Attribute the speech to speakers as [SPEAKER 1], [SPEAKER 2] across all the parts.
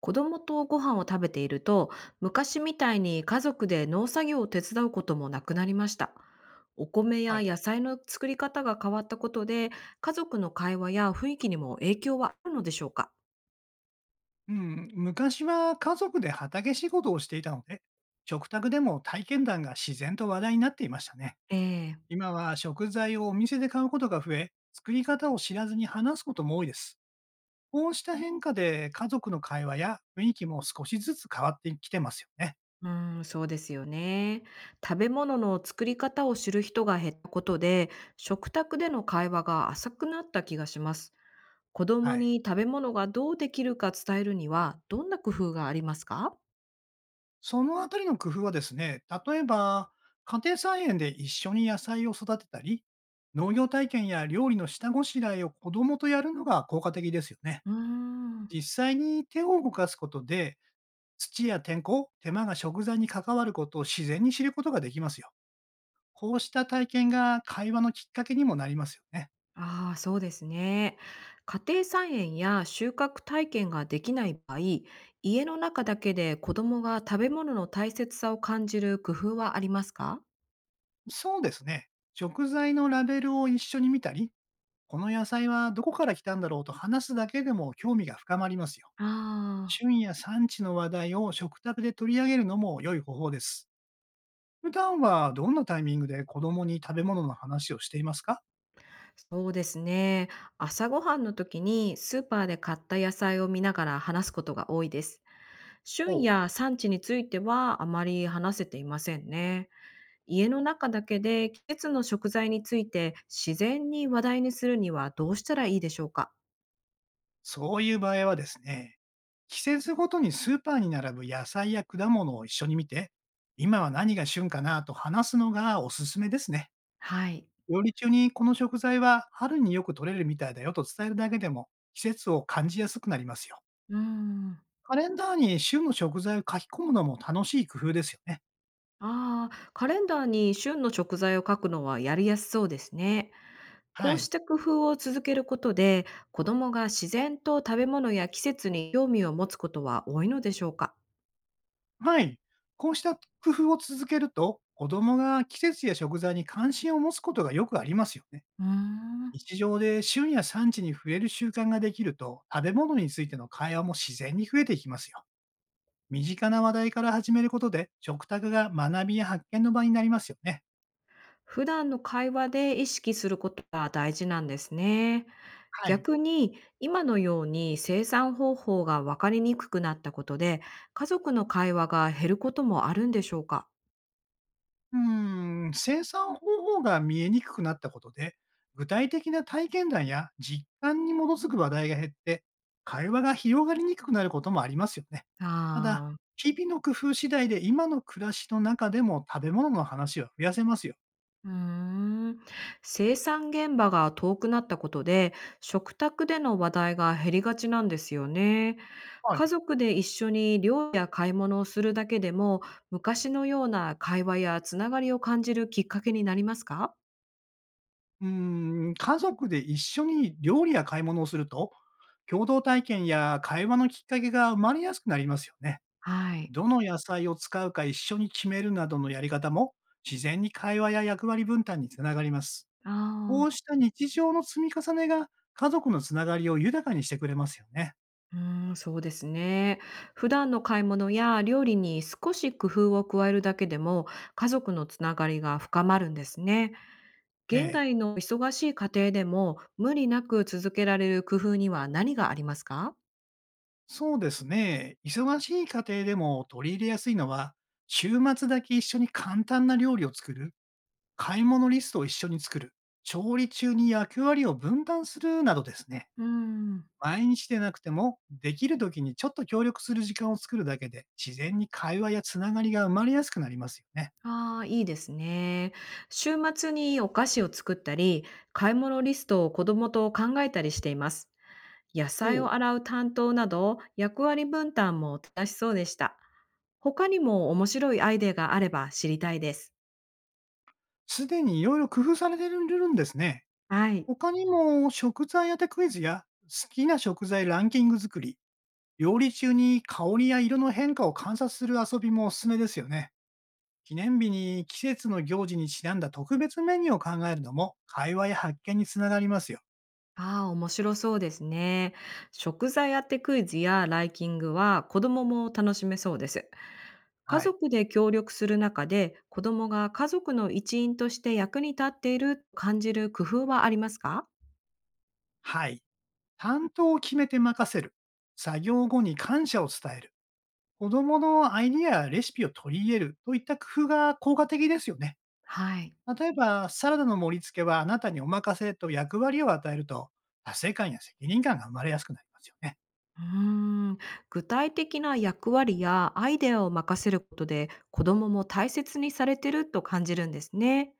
[SPEAKER 1] 子供とご飯を食べていると、昔みたいに家族で農作業を手伝うこともなくなりました。お米
[SPEAKER 2] は
[SPEAKER 1] や
[SPEAKER 2] い。
[SPEAKER 1] 野菜の作り方が変わったことで、家族の会話や雰囲気にも影響はあるのでしょうか。
[SPEAKER 2] うん、昔は家族で畑仕事をしていたので、食卓でも体験談が自然と話題になっていましたね。
[SPEAKER 1] ええ。
[SPEAKER 2] 今は食材をお店で買うことが増え、作り方を知らずに話すことも多いです。こうした変化で家族の会話や雰囲気も少しずつ変わってきてますよね。
[SPEAKER 1] そうですよね。食べ物の作り方を知る人が減ったことで、食卓での会話が浅くなった気がします。子供
[SPEAKER 2] はい。
[SPEAKER 1] に食べ物がどうできるか伝えるには、どんな工夫がありますか？
[SPEAKER 2] そのあたりの工夫はですね、例えば家庭菜園で一緒に野菜を育てたり、農業体験や料理の下ごしらえを子供とやるのが効果的ですよね。
[SPEAKER 1] うーん。
[SPEAKER 2] 実際に手を動かすことで、土や天候、手間が食材に関わることを自然に知ることができますよ。こうした体験が会話のきっかけにもなりますよね。
[SPEAKER 1] ああ、そうですね。家庭菜園や収穫体験ができない場合、家の中だけで子供が食べ物の大切さを感じる工夫はありますか？
[SPEAKER 2] そうですね。食材のラベルを一緒に見たり、この野菜はどこから来たんだろうと話すだけでも興味が深まりますよ。
[SPEAKER 1] ああ、
[SPEAKER 2] 旬や産地の話題を食卓で取り上げるのも良い方法です。普段はどんなタイミングで子供に食べ物の話をしていますか？
[SPEAKER 1] そうですね。朝ごはんの時にスーパーで買った野菜を見ながら話すことが多いです。
[SPEAKER 2] お
[SPEAKER 1] 旬
[SPEAKER 2] う。
[SPEAKER 1] や産地についてはあまり話せていませんね。家の中だけで季節の食材について自然に話題にするにはどうしたらいいでしょうか？
[SPEAKER 2] そういう場合はですね、季節ごとにスーパーに並ぶ野菜や果物を一緒に見て、今は何が旬かなと話すのがおすすめですね。
[SPEAKER 1] はい。
[SPEAKER 2] 料理中にこの食材は春によく取れるみたいだよと伝えるだけでも季節を感じやすくなりますよ。
[SPEAKER 1] うーん。
[SPEAKER 2] カレンダーに旬の食材を書き込むのも楽しい工夫ですよね。
[SPEAKER 1] ああ、カレンダーに旬の食材を書くのはやりやすそうですね。こ
[SPEAKER 2] は
[SPEAKER 1] うし
[SPEAKER 2] い。
[SPEAKER 1] た工夫を続けることで、子供が自然と食べ物や季節に興味を持つことは多いのでしょうか。
[SPEAKER 2] はい。こうした工夫を続けると、子供が季節や食材に関心を持つことがよくありますよね。
[SPEAKER 1] うーん。
[SPEAKER 2] 日常で旬や産地に触れる習慣ができると、食べ物についての会話も自然に増えていきますよ。身近な話題から始めることで、食卓が学びや発見の場になりますよね。
[SPEAKER 1] 普段の会話で意識することが大事なんですね。
[SPEAKER 2] はい。
[SPEAKER 1] 逆に今のように生産方法が分かりにくくなったことで、家族の会話が減ることもあるんでしょうか？
[SPEAKER 2] うーん、生産方法が見えにくくなったことで、具体的な体験談や実感に基づく話題が減って、会話が広がりにくくなることもありますよね。ただ、
[SPEAKER 1] ああー。
[SPEAKER 2] 日々の工夫次第で今の暮らしの中でも食べ物の話は増やせますよ。
[SPEAKER 1] うーん生産現場が遠くなったことで、食卓での話題が減りがちなんですよね。
[SPEAKER 2] は
[SPEAKER 1] 家
[SPEAKER 2] い。
[SPEAKER 1] 族で一緒に料理や買い物をするだけでも、昔のような会話やつながりを感じるきっかけになりますか？
[SPEAKER 2] うーん、家族で一緒に料理や買い物をすると、共同体験や会話のきっかけが生まれやすくなりますよね。
[SPEAKER 1] はい。
[SPEAKER 2] どの野菜を使うか一緒に決めるなどのやり方も、自然に会話や役割分担につながります。こ
[SPEAKER 1] ああ。
[SPEAKER 2] うした日常の積み重ねが、家族のつながりを豊かにしてくれますよね。
[SPEAKER 1] そうですね。普段の買い物や料理に少し工夫を加えるだけでも、家族のつながりが深まるんですね。
[SPEAKER 2] え
[SPEAKER 1] 現
[SPEAKER 2] え、
[SPEAKER 1] 代の忙しい家庭でも、無理なく続けられる工夫には何がありますか？
[SPEAKER 2] そうですね。忙しい家庭でも取り入れやすいのは、週末だけ一緒に簡単な料理を作る、買い物リストを一緒に作る、調理中に役割を分担するなどですね、
[SPEAKER 1] うーん。
[SPEAKER 2] 毎日でなくても、できる時にちょっと協力する時間を作るだけで、自然に会話やつながりが生まれやすくなりますよね。
[SPEAKER 1] ああ、いいですね。週末にお菓子を作ったり、買い物リストを子供と考えたりしています。野
[SPEAKER 2] お
[SPEAKER 1] 菜を
[SPEAKER 2] う。
[SPEAKER 1] 洗う担当など、役割分担も正しそうでした。他にも面白いアイデアがあれば知りたいです。
[SPEAKER 2] すでにいろいろ工夫されてるんですね。
[SPEAKER 1] はい。
[SPEAKER 2] 他にも食材当てクイズや好きな食材ランキング作り、料理中に香りや色の変化を観察する遊びもおすすめですよね。記念日に季節の行事にちなんだ特別メニューを考えるのも、会話や発見につながりますよ。
[SPEAKER 1] ああ、面白そうですね。食材当てクイズやライキングは子供も楽しめそうです。家
[SPEAKER 2] はい。
[SPEAKER 1] 族で協力する中で子供が家族の一員として役に立っていると感じる工夫はありますか？
[SPEAKER 2] はい。担当を決めて任せる。作業後に感謝を伝える。子供のアイディアやレシピを取り入れるといった工夫が効果的ですよね。
[SPEAKER 1] はい。
[SPEAKER 2] 例えば、サラダの盛り付けはあなたにお任せと役割を与えると、達成感や責任感が生まれやすくなりますよね。
[SPEAKER 1] うーん、具体的な役割やアイデアを任せることで子供も大切にされてると感じるんですね。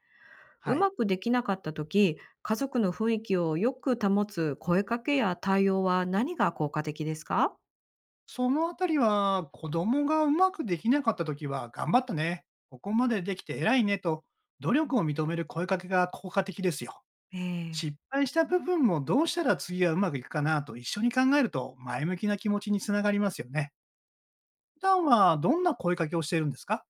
[SPEAKER 1] う
[SPEAKER 2] はい。
[SPEAKER 1] まくできなかった時、家族の雰囲気をよく保つ声かけや対応は何が効果的ですか？
[SPEAKER 2] そのあたりは、子供がうまくできなかったときは、頑張ったね。ここまでできて偉いねと、努力を認める声かけが効果的ですよ。
[SPEAKER 1] え
[SPEAKER 2] 失
[SPEAKER 1] え。
[SPEAKER 2] 敗した部分もどうしたら次はうまくいくかなと一緒に考えると前向きな気持ちにつながりますよね。普段はどんな声かけをしているんですか？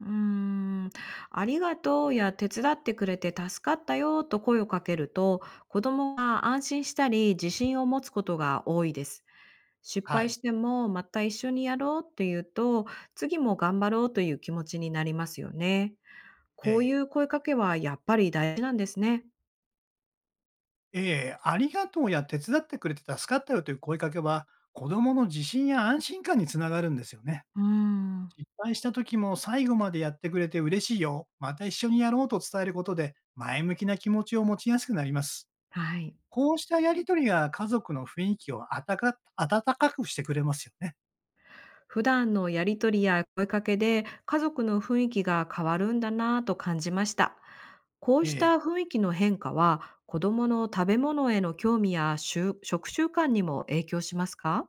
[SPEAKER 1] うーん、ありがとうや手伝ってくれて助かったよと声をかけると、子供が安心したり自信を持つことが多いです。失
[SPEAKER 2] は
[SPEAKER 1] 敗し
[SPEAKER 2] い。
[SPEAKER 1] てもまた一緒にやろうっていうと、次も頑張ろうという気持ちになりますよね。こうい
[SPEAKER 2] え
[SPEAKER 1] う声かけはやっぱり大事なんですね。
[SPEAKER 2] ありがとうや手伝ってくれて助かったよという声かけは、子供の自信や安心感につながるんですよね。
[SPEAKER 1] うーん、
[SPEAKER 2] 失敗した時も最後までやってくれて嬉しいよ、また一緒にやろうと伝えることで、前向きな気持ちを持ちやすくなります。
[SPEAKER 1] はい。
[SPEAKER 2] こうしたやりとりが家族の雰囲気をあたか温かくしてくれますよね。
[SPEAKER 1] 普段のやりとりや声かけで家族の雰囲気が変わるんだなぁと感じました。こう
[SPEAKER 2] え
[SPEAKER 1] した
[SPEAKER 2] え。
[SPEAKER 1] 雰囲気の変化は子供の食べ物への興味や習食習慣にも影響しますか？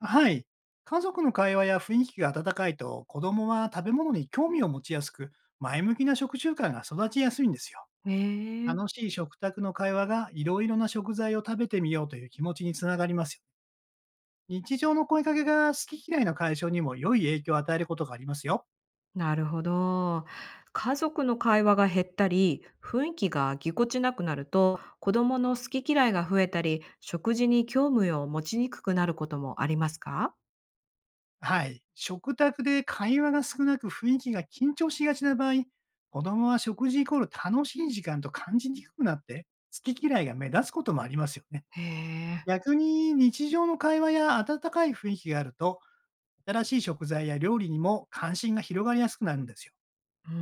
[SPEAKER 2] はい。家族の会話や雰囲気が温かいと、子供は食べ物に興味を持ちやすく、前向きな食習慣が育ちやすいんですよ。
[SPEAKER 1] え
[SPEAKER 2] 楽
[SPEAKER 1] え、
[SPEAKER 2] しい食卓の会話がいろいろな食材を食べてみようという気持ちにつながりますよね。日常の声かけが好き嫌いの解消にも良い影響を与えることがありますよ。
[SPEAKER 1] なるほど。家族の会話が減ったり、雰囲気がぎこちなくなると、子供の好き嫌いが増えたり、食事に興味を持ちにくくなることもありますか？
[SPEAKER 2] はい。食卓で会話が少なく雰囲気が緊張しがちな場合、子供は食事イコール楽しい時間と感じにくくなって、好き嫌いが目立つこともありますよね。
[SPEAKER 1] へえ。
[SPEAKER 2] 逆に日常の会話や温かい雰囲気があると、新しい食材や料理にも関心が広がりやすくなるんですよ。
[SPEAKER 1] うー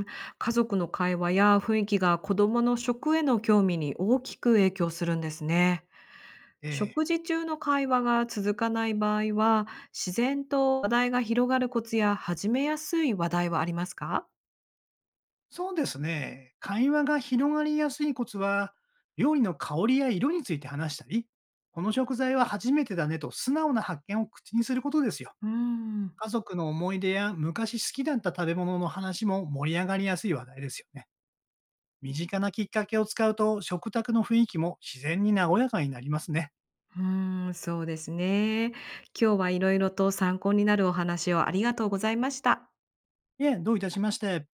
[SPEAKER 1] ん、家族の会話や雰囲気が子供の食への興味に大きく影響するんですね。
[SPEAKER 2] ええ、
[SPEAKER 1] 食事中の会話が続かない場合は、自然と話題が広がるコツや始めやすい話題はありますか？
[SPEAKER 2] そうですね。会話が広がりやすいコツは、料理の香りや色について話したり、この食材は初めてだねと素直な発見を口にすることですよ。
[SPEAKER 1] うーん、
[SPEAKER 2] 家族の思い出や昔好きだった食べ物の話も盛り上がりやすい話題ですよね。身近なきっかけを使うと食卓の雰囲気も自然に和やかになりますね。
[SPEAKER 1] そうですね。今日はいろいろと参考になるお話をありがとうございました。
[SPEAKER 2] いえ、どういたしまして。